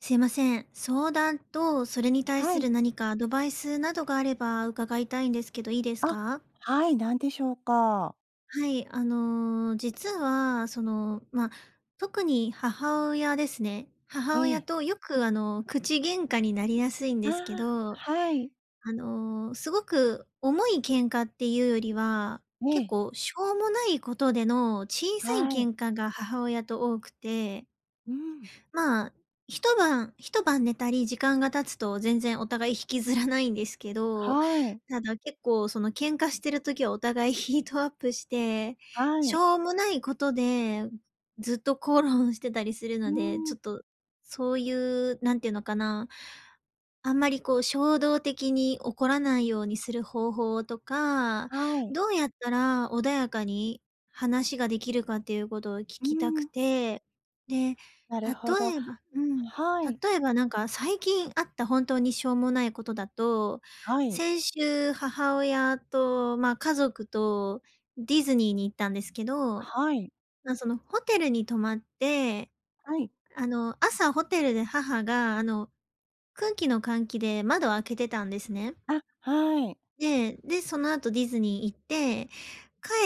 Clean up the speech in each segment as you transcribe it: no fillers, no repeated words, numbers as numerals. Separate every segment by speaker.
Speaker 1: すいません。相談と、それに対
Speaker 2: は
Speaker 1: す
Speaker 2: い。
Speaker 1: る何かアドバイスなどがあれば伺いたいんですけど、いいです
Speaker 2: あ、
Speaker 1: か？
Speaker 2: はい、なんでしょうか？
Speaker 1: はい、実は、特に母親ですね。
Speaker 2: え
Speaker 1: 母親
Speaker 2: え。
Speaker 1: とよく、口喧嘩になりやすいん
Speaker 2: あ
Speaker 1: ですけ
Speaker 2: あ、
Speaker 1: ど、
Speaker 2: はい。
Speaker 1: すごく重い喧嘩っていうよりは、
Speaker 2: え
Speaker 1: 結
Speaker 2: え、
Speaker 1: 構しょうもないことでの小さい
Speaker 2: はい。
Speaker 1: 喧嘩が母親と多くて、
Speaker 2: うん。
Speaker 1: まあ、一晩一晩寝たり、時間が経つと全然お互い引きずらないんですけど、
Speaker 2: はい、
Speaker 1: ただ結構その喧嘩してる時はお互い ヒートアップして、
Speaker 2: は
Speaker 1: し
Speaker 2: い。
Speaker 1: ょうもないことでずっと口論してたりする
Speaker 2: う
Speaker 1: ので、ち
Speaker 2: ん、
Speaker 1: ょっとそういう、なんていうのかな、あんまりこう衝動的に怒らないようにする方法とか、
Speaker 2: はい。
Speaker 1: どうやったら穏やかに話ができるかっていうことを聞
Speaker 2: う
Speaker 1: きたく
Speaker 2: ん、
Speaker 1: て、で、
Speaker 2: なるほど。
Speaker 1: 例えばうん。
Speaker 2: はい、
Speaker 1: 例えばなんか最近あった本当にしょうもないことだと、
Speaker 2: はい、
Speaker 1: 先週母親と、家族とディズニーに行ったんですけど、
Speaker 2: はい、
Speaker 1: そのホテルに泊まって、
Speaker 2: はい。
Speaker 1: 朝ホテルで母が、空気の換気で窓を開けてたんですね。
Speaker 2: あ、はい。
Speaker 1: で、その後ディズニー行って、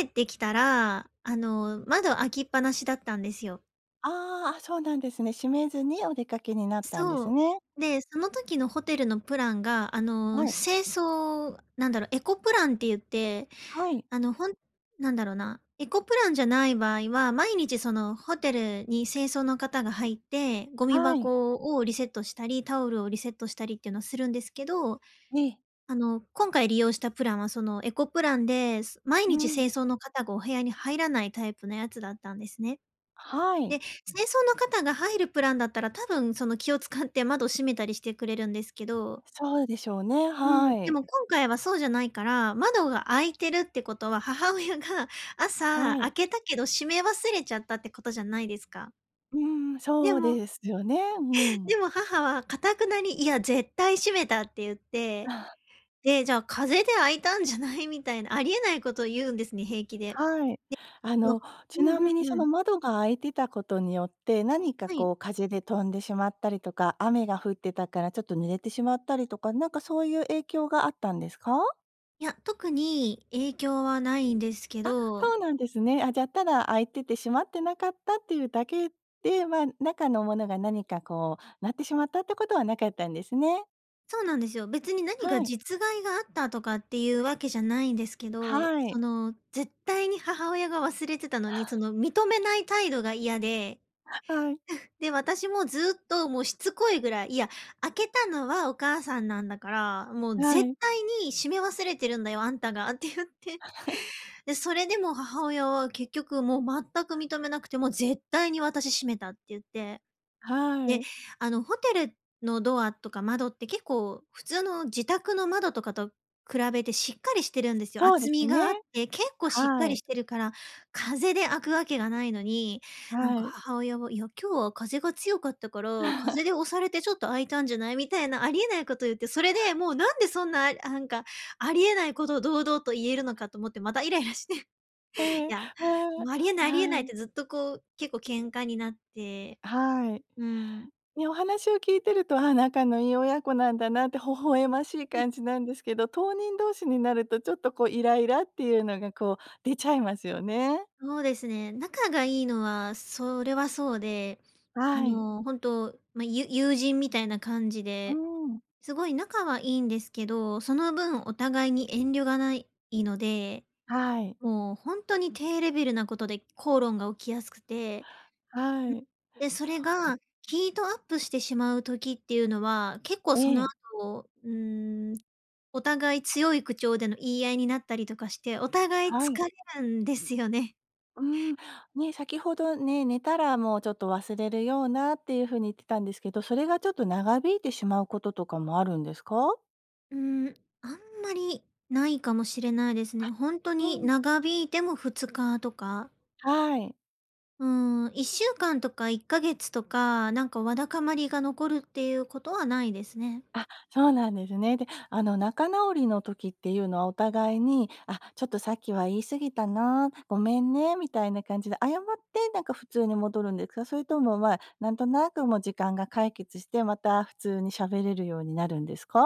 Speaker 1: 帰ってきたら、窓開きっぱなしだったんですよ。
Speaker 2: ああ、あ、そうなんですね。閉めずにお出かけになったんです
Speaker 1: そ
Speaker 2: ね。
Speaker 1: う。で、その時のホテルのプランが、
Speaker 2: はい、
Speaker 1: 清掃エコプランって言って、
Speaker 2: はい、
Speaker 1: あの、ほんなんだろうな、エコプランじゃない場合は、毎日そのホテルに清掃の方が入って、ゴミ
Speaker 2: はい。
Speaker 1: 箱をリセットしたり、タオルをリセットしたりっていうのをするんですけど、
Speaker 2: ええ、
Speaker 1: 今回利用したプランはそのエコプランで、毎
Speaker 2: う
Speaker 1: 日
Speaker 2: ん、
Speaker 1: 清掃の方がお部屋に入らないタイプのやつだったんですね。
Speaker 2: はい。
Speaker 1: で、清掃の方が入るプランだったら、多分その気を使って窓閉めたりしてくれるんですけど、
Speaker 2: そうでしょうね、
Speaker 1: う
Speaker 2: は
Speaker 1: ん、で
Speaker 2: い。
Speaker 1: も今回はそうじゃないから、窓が開いてるってことは、母親が朝
Speaker 2: はい。
Speaker 1: 開けたけど閉め忘れちゃったってことじゃないですか。
Speaker 2: うん、
Speaker 1: で
Speaker 2: そう
Speaker 1: も
Speaker 2: ですよね、うん。
Speaker 1: でも母は頑くなに「いや、絶対閉めた」って言って、で、じゃあ風で開いたんじゃない？みたいな、ありえないことを言うんですね、平気で。
Speaker 2: はい。あ
Speaker 1: の
Speaker 2: の、ち
Speaker 1: う
Speaker 2: な
Speaker 1: ん
Speaker 2: みに
Speaker 1: う
Speaker 2: そ
Speaker 1: んう
Speaker 2: の
Speaker 1: ん。
Speaker 2: 窓が開いてたことによって、何か
Speaker 1: はい。
Speaker 2: こう風で飛んでしまったりとか、雨が降ってたからちょっと濡れてしまったりとか、なんかそういう影響があったんですか？
Speaker 1: いや、特に影響はないんですけ
Speaker 2: あ、
Speaker 1: ど。
Speaker 2: そうなんですね。あ、じゃ、あただ開いてて閉まってなかったっていうだけで、まあ、中のものが何かこうなってしまったってことはなかったんですね。
Speaker 1: そうなんですよ。別に何か
Speaker 2: はい。
Speaker 1: 実害があったとかっていうわけじゃないんですけど、
Speaker 2: はい。
Speaker 1: 絶対に母親が忘れてたのに、認めない態度が嫌で、
Speaker 2: はい
Speaker 1: で、私もずっともうしつこいぐらい、いや、開けたのはお母さんなんだから、もう
Speaker 2: は
Speaker 1: 絶
Speaker 2: い
Speaker 1: 対に閉め忘れてるんだよ、あんたが、って言って。で、それでも母親は結局もう全く認めなくて、もう絶対に私閉めたって言って。
Speaker 2: は
Speaker 1: で、
Speaker 2: い。
Speaker 1: ホテルのドアとか窓って結構普通の自宅の窓とかと比べてしっかりしてるんですよ。
Speaker 2: そうで
Speaker 1: 厚
Speaker 2: す
Speaker 1: み
Speaker 2: ね。
Speaker 1: があって、結構しっか
Speaker 2: は
Speaker 1: り
Speaker 2: い、
Speaker 1: してるから、風で開くわけがないのに、なん
Speaker 2: は
Speaker 1: か
Speaker 2: い。
Speaker 1: 母親は、いや、今日は風が強かったから、風 で押されてちょっと開いたんじゃない？みたいなありえないこと言って、それでもうなんでそんな、なんか、ありえないことを堂々と言えるのかと思って、またイライラして、い
Speaker 2: ええ、
Speaker 1: や、
Speaker 2: ま
Speaker 1: も
Speaker 2: あ、
Speaker 1: うありえないありえ
Speaker 2: は
Speaker 1: ないっ
Speaker 2: い。
Speaker 1: てずっとこう、結構喧嘩になって、
Speaker 2: はい。
Speaker 1: うん。
Speaker 2: ね、お話を聞いてると、あ、仲のいい親子なんだなって微笑ましい感じなんですけど、当人同士になるとちょっとこうイライラっていうのがこう出ちゃいますよね。
Speaker 1: そうですね。仲がいいのは、それはそうで、
Speaker 2: はい。
Speaker 1: 本当友人みたいな感じ
Speaker 2: う
Speaker 1: で、
Speaker 2: ん。
Speaker 1: すごい仲はいいんですけど、その分お互いに遠慮がないので、
Speaker 2: はい。
Speaker 1: もう本当に低レベルなことで口論が起きやすくて、
Speaker 2: はい。
Speaker 1: で、そ
Speaker 2: そ
Speaker 1: れ
Speaker 2: う。
Speaker 1: がヒートアップしてしまう時っていうのは、結構
Speaker 2: え
Speaker 1: その
Speaker 2: え。
Speaker 1: 後、お互い強い口調での言い合いになったりとかして、お互い
Speaker 2: は
Speaker 1: 疲
Speaker 2: い。
Speaker 1: れるんですよね。
Speaker 2: うん。ね、先ほどね、寝たらもうちょっと忘れるようなっていう風に言ってたんですけど、それがちょっと長引いてしまうこととかもあるんですか？
Speaker 1: うーん、あんまりないかもしれないですね。本当
Speaker 2: う
Speaker 1: に
Speaker 2: ん。
Speaker 1: 長引いても2日とか、
Speaker 2: はい。
Speaker 1: うー1週間とか1ヶ月とか、なんかわだかまりが残るっていうことはないですね。
Speaker 2: あ、そうなんですね。で、仲直りの時っていうのはお互いに、あ、ちょっとさっきは言い過ぎたな、ごめんね、みたいな感じで謝って、なんか普通に戻るんですか？それとも、まあ、なんとなくもう時間が解決して、また普通に喋れるようになるんですか？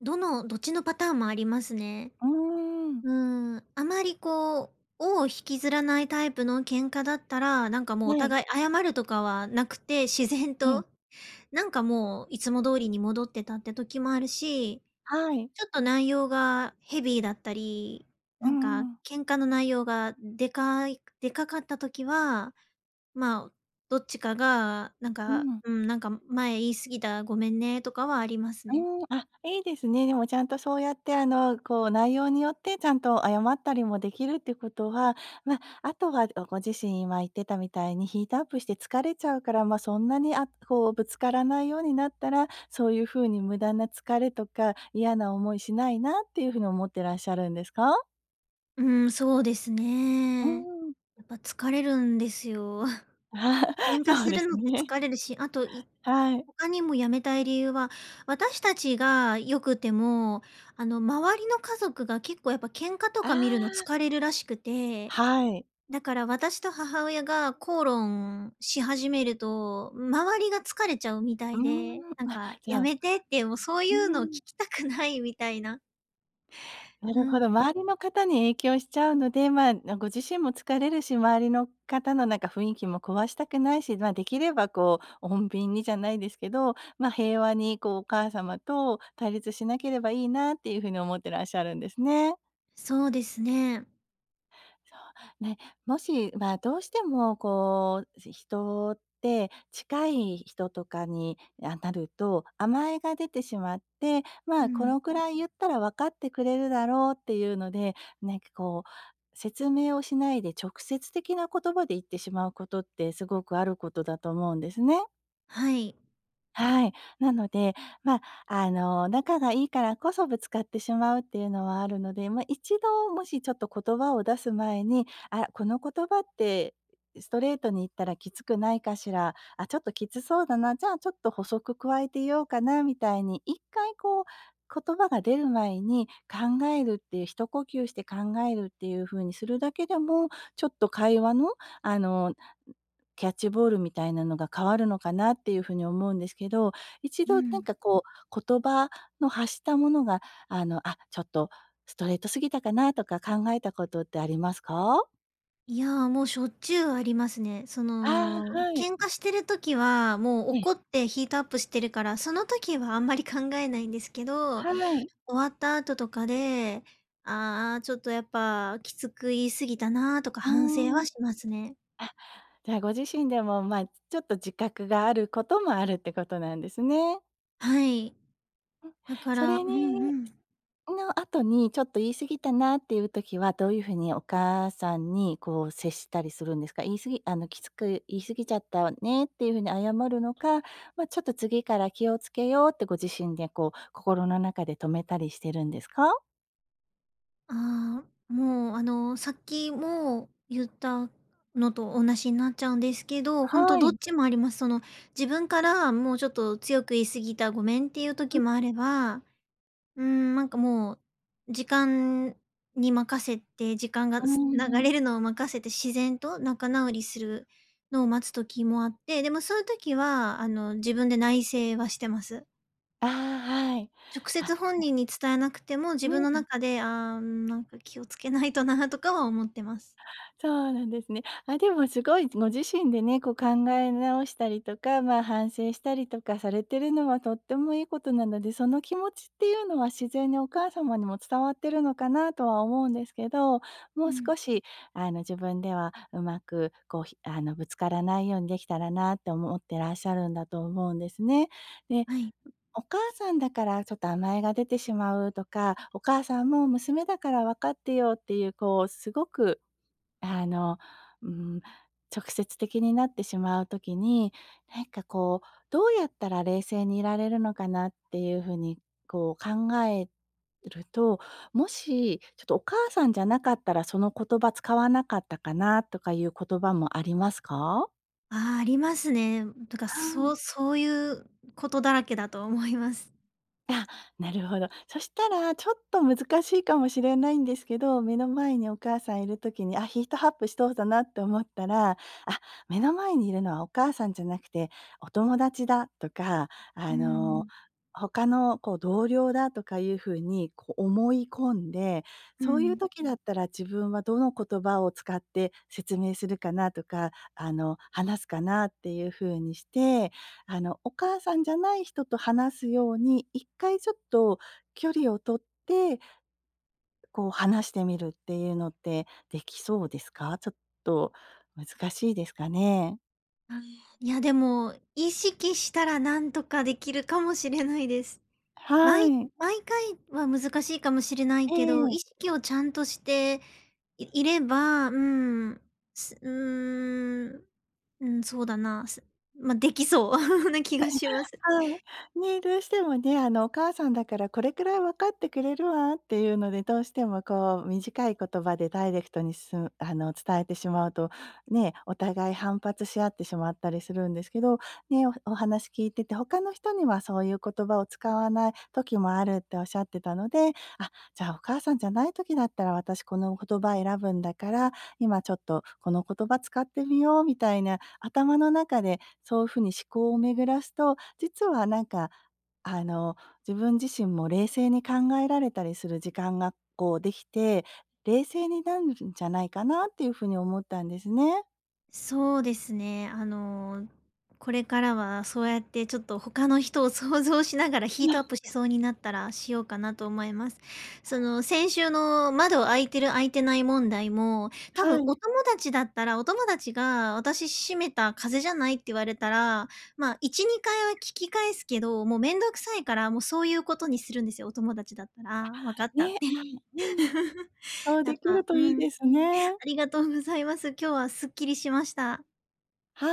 Speaker 1: どっちのパターンもありますね。
Speaker 2: うーん。
Speaker 1: うーん、あまりこう、尾を引きずらないタイプの喧嘩だったら、なんかもうお
Speaker 2: はい。
Speaker 1: 互い謝るとかはなくて、自然
Speaker 2: ええ。
Speaker 1: と、なんかもういつも通りに戻ってたって時もあるし、
Speaker 2: はい。
Speaker 1: ちょっと内容がヘビーだったり、
Speaker 2: う
Speaker 1: なん
Speaker 2: ん
Speaker 1: か
Speaker 2: うん。
Speaker 1: 喧嘩の内容がでかかった時は、まあ、どっちかがなん
Speaker 2: う
Speaker 1: か、
Speaker 2: ん。
Speaker 1: なんか前言い過ぎた、ごめんねとかはあります
Speaker 2: う
Speaker 1: ね。
Speaker 2: ーん、あ、いいですね。でもちゃんとそうやって、こう、内容によってちゃんと謝ったりもできるってことは、まあ、あとはご自身今言ってたみたいにヒートアップして疲れちゃうから、まあ、そんなに、あ、こう、ぶつからないようになったら、そういう風に無駄な疲れとか嫌な思いしないなっていう風に思ってらっしゃるんですか？
Speaker 1: うん、そうです
Speaker 2: う
Speaker 1: ね。
Speaker 2: ーん。
Speaker 1: やっぱ疲れるんですよ。
Speaker 2: あ、
Speaker 1: 喧嘩
Speaker 2: そう
Speaker 1: す
Speaker 2: で
Speaker 1: る
Speaker 2: す
Speaker 1: のって
Speaker 2: ね。
Speaker 1: 疲れるし、あとい
Speaker 2: はい。
Speaker 1: 他にもやめたい理由は、私たちが良くても、周りの家族が結構やっぱ喧嘩と
Speaker 2: あ
Speaker 1: か見るの疲
Speaker 2: あ、
Speaker 1: れるらしくて、
Speaker 2: はい。
Speaker 1: だから私と母親が口論し始めると、周りが疲れちゃうみた
Speaker 2: う
Speaker 1: いで、
Speaker 2: ーん、
Speaker 1: なん
Speaker 2: あ、
Speaker 1: か
Speaker 2: じゃ
Speaker 1: 「や
Speaker 2: あ
Speaker 1: めて」って、もうそう
Speaker 2: う
Speaker 1: い
Speaker 2: ー
Speaker 1: うのを聞
Speaker 2: ん。
Speaker 1: きたくないみたいな。
Speaker 2: な
Speaker 1: う
Speaker 2: るほど、
Speaker 1: ん。
Speaker 2: 周りの方に影響しちゃうので、まあ、ご自身も疲れるし、周りの方のなんか雰囲気も壊したくないし、まあ、できればこう穏便にじゃないですけど、まあ、平和にこうお母様と対立しなければいいなっていうふうに思ってらっしゃるんですね。
Speaker 1: そうですね。
Speaker 2: そう。ね、もし、まあ、どうしてもこう、人って近い人とかに、あ、なると、甘えが出てしまって、
Speaker 1: う
Speaker 2: まあ、こ
Speaker 1: ん。
Speaker 2: のくらい言ったら分かってくれるだろうっていうので、なんかこう、説明をしないで直接的な言葉で言ってしまうことってすごくあることだと思うんですね。
Speaker 1: はい。
Speaker 2: はい。なので、まあ、仲がいいからこそぶつかってしまうっていうのはあるので、まあ、一度もしちょっと言葉を出す前に、あ、この言葉ってストレートに言ったらきつくないかしら、あ、ちょっときつそうだな、じゃあちょっと補足加えてようかなみたいに、一回こう言葉が出る前に考えるっていう、一呼吸して考えるっていう風にするだけでも、ちょっと会話のあのキャッチボールみたいなのが変わるのかなっていうふうに思うんですけど、一
Speaker 1: う
Speaker 2: 度なん
Speaker 1: ん。
Speaker 2: かこう、言葉の発したものが、あ、ちょっとストレートすぎたかなとか考えたことってありますか？
Speaker 1: いや、もうしょっちゅうありますね。
Speaker 2: ああ、はい。
Speaker 1: 喧嘩してる時は、もう
Speaker 2: ええ。
Speaker 1: 怒ってヒートアップしてるから、その時はあんまり考えないんですけど、
Speaker 2: はい。
Speaker 1: 終わった後とかで、ああ、ちょっとやっぱきつく言い過ぎたなとか
Speaker 2: うー
Speaker 1: 反省は
Speaker 2: ん。
Speaker 1: しますね。
Speaker 2: じゃあ、ご自身でも、まあ、ちょっと自覚があることもあるってことなんですね。
Speaker 1: はい。だか
Speaker 2: そ
Speaker 1: ら、う
Speaker 2: れ
Speaker 1: ん
Speaker 2: に
Speaker 1: うん。
Speaker 2: の後に、ちょっと言い過ぎたなっていう時は、どういうふうにお母さんにこう接したりするんですか？言い過ぎきつく言い過ぎちゃったわねっていうふうに謝るのか、まあ、ちょっと次から気をつけようってご自身でこう、心の中で止めたりしてるんですか？
Speaker 1: ああ、もうさっきも言ったのと同じになっちゃうんですけど、ほんと
Speaker 2: は
Speaker 1: どっ
Speaker 2: い。
Speaker 1: ちもあります。自分からもうちょっと強く言い過ぎた、ごめんっていう時もあれば、なんかもう、時間に任せて、時間
Speaker 2: う
Speaker 1: が流
Speaker 2: ん、ん。
Speaker 1: れるのを任せて、自然と仲直りするのを待つ時もあって、でもそういう時は、自分で内省はしてます。
Speaker 2: ああ、はい。
Speaker 1: 直
Speaker 2: あ、
Speaker 1: 接本人に伝えなくても、自
Speaker 2: う
Speaker 1: 分の
Speaker 2: ん。
Speaker 1: 中で、なんか気をつけないとなとかは思ってます。
Speaker 2: そうなんですね。あ、でもすごいご自身でね、こう考え直したりとか、まあ、反省したりとかされてるのはとってもいいことなので、その気持ちっていうのは自然にお母様にも伝わってるのかなとは思うんですけど、もう
Speaker 1: うん。
Speaker 2: 少し自分ではうまくこうひぶつからないようにできたらなって思ってらっしゃるんだと思うんですね。で、
Speaker 1: はい。
Speaker 2: お母さんだからちょっと甘えが出てしまうとか、お母さんも娘だから分かってよっていうこうすごくあの、うん、直接的になってしまう時に、なんかこう、どうやったら冷静にいられるのかなっていうふうに、こう考えると、もし、ちょっとお母さんじゃなかったらその言葉使わなかったかなとかいう言葉もありますか？
Speaker 1: ああ、ありますね。とか、
Speaker 2: は
Speaker 1: そういうことだらけだと思います。
Speaker 2: あ、なるほど。そしたら、ちょっと難しいかもしれないんですけど、目の前にお母さんいる時に、あ、ヒートアップしそうだなって思ったら、あ、目の前にいるのはお母さんじゃなくて、お友達だとか、
Speaker 1: う
Speaker 2: あの、
Speaker 1: ん。
Speaker 2: 他のこう同僚だとかいうふうにこう思い込んで、
Speaker 1: う
Speaker 2: そういう
Speaker 1: ん。
Speaker 2: 時だったら自分はどの言葉を使って説明するかなとか、話すかなっていうふうにして、お母さんじゃない人と話すように、一回ちょっと距離を取って、こう話してみるっていうのってできそうですか？ちょっと難しいですかね？
Speaker 1: あいやでも、意識したらなんとかできるかもしれないです。
Speaker 2: は
Speaker 1: 毎
Speaker 2: い。
Speaker 1: 毎回は難しいかもしれない
Speaker 2: え
Speaker 1: けど、意
Speaker 2: え。
Speaker 1: 識をちゃんとしていれば、うーん、すうーん、うん、そうだな、まあ、できそう な気がします。
Speaker 2: はい。ね、どうしてもね、お母さんだからこれくらい分かってくれるわっていうので、どうしてもこう短い言葉でダイレクトにす伝えてしまうと、ね、お互い反発し合ってしまったりするんですけど、ね、おお話聞いてて、他の人にはそういう言葉を使わない時もあるっておっしゃってたので、あ、じゃあお母さんじゃない時だったら私この言葉選ぶんだから今ちょっとこの言葉使ってみようみたいな、頭の中でそういうふうに思考を巡らすと、実はなんか、あの、自分自身も冷静に考えられたりする時間がこうできて、冷静になるんじゃないかなっていうふうに思ったんですね。
Speaker 1: そうですね。これからはそうやってちょっと他の人を想像しながらヒートアップしそうになったらしようかなと思います。その先週の窓開いてる開いてない問題も、多
Speaker 2: は
Speaker 1: 分お
Speaker 2: い。
Speaker 1: 友達だったら、お友達が私閉めた風邪じゃないって言われたら、まあ1、2回は聞き返すけど、もうめんどくさいからもうそういうことにするんですよ、お友達だったら。わかったっ
Speaker 2: ね、
Speaker 1: て。
Speaker 2: あ、うん、そう
Speaker 1: なん
Speaker 2: できる
Speaker 1: か、
Speaker 2: と
Speaker 1: う
Speaker 2: いい
Speaker 1: ん、
Speaker 2: ですね。
Speaker 1: ありがとうございます。今日はすっきりしました。
Speaker 2: はい。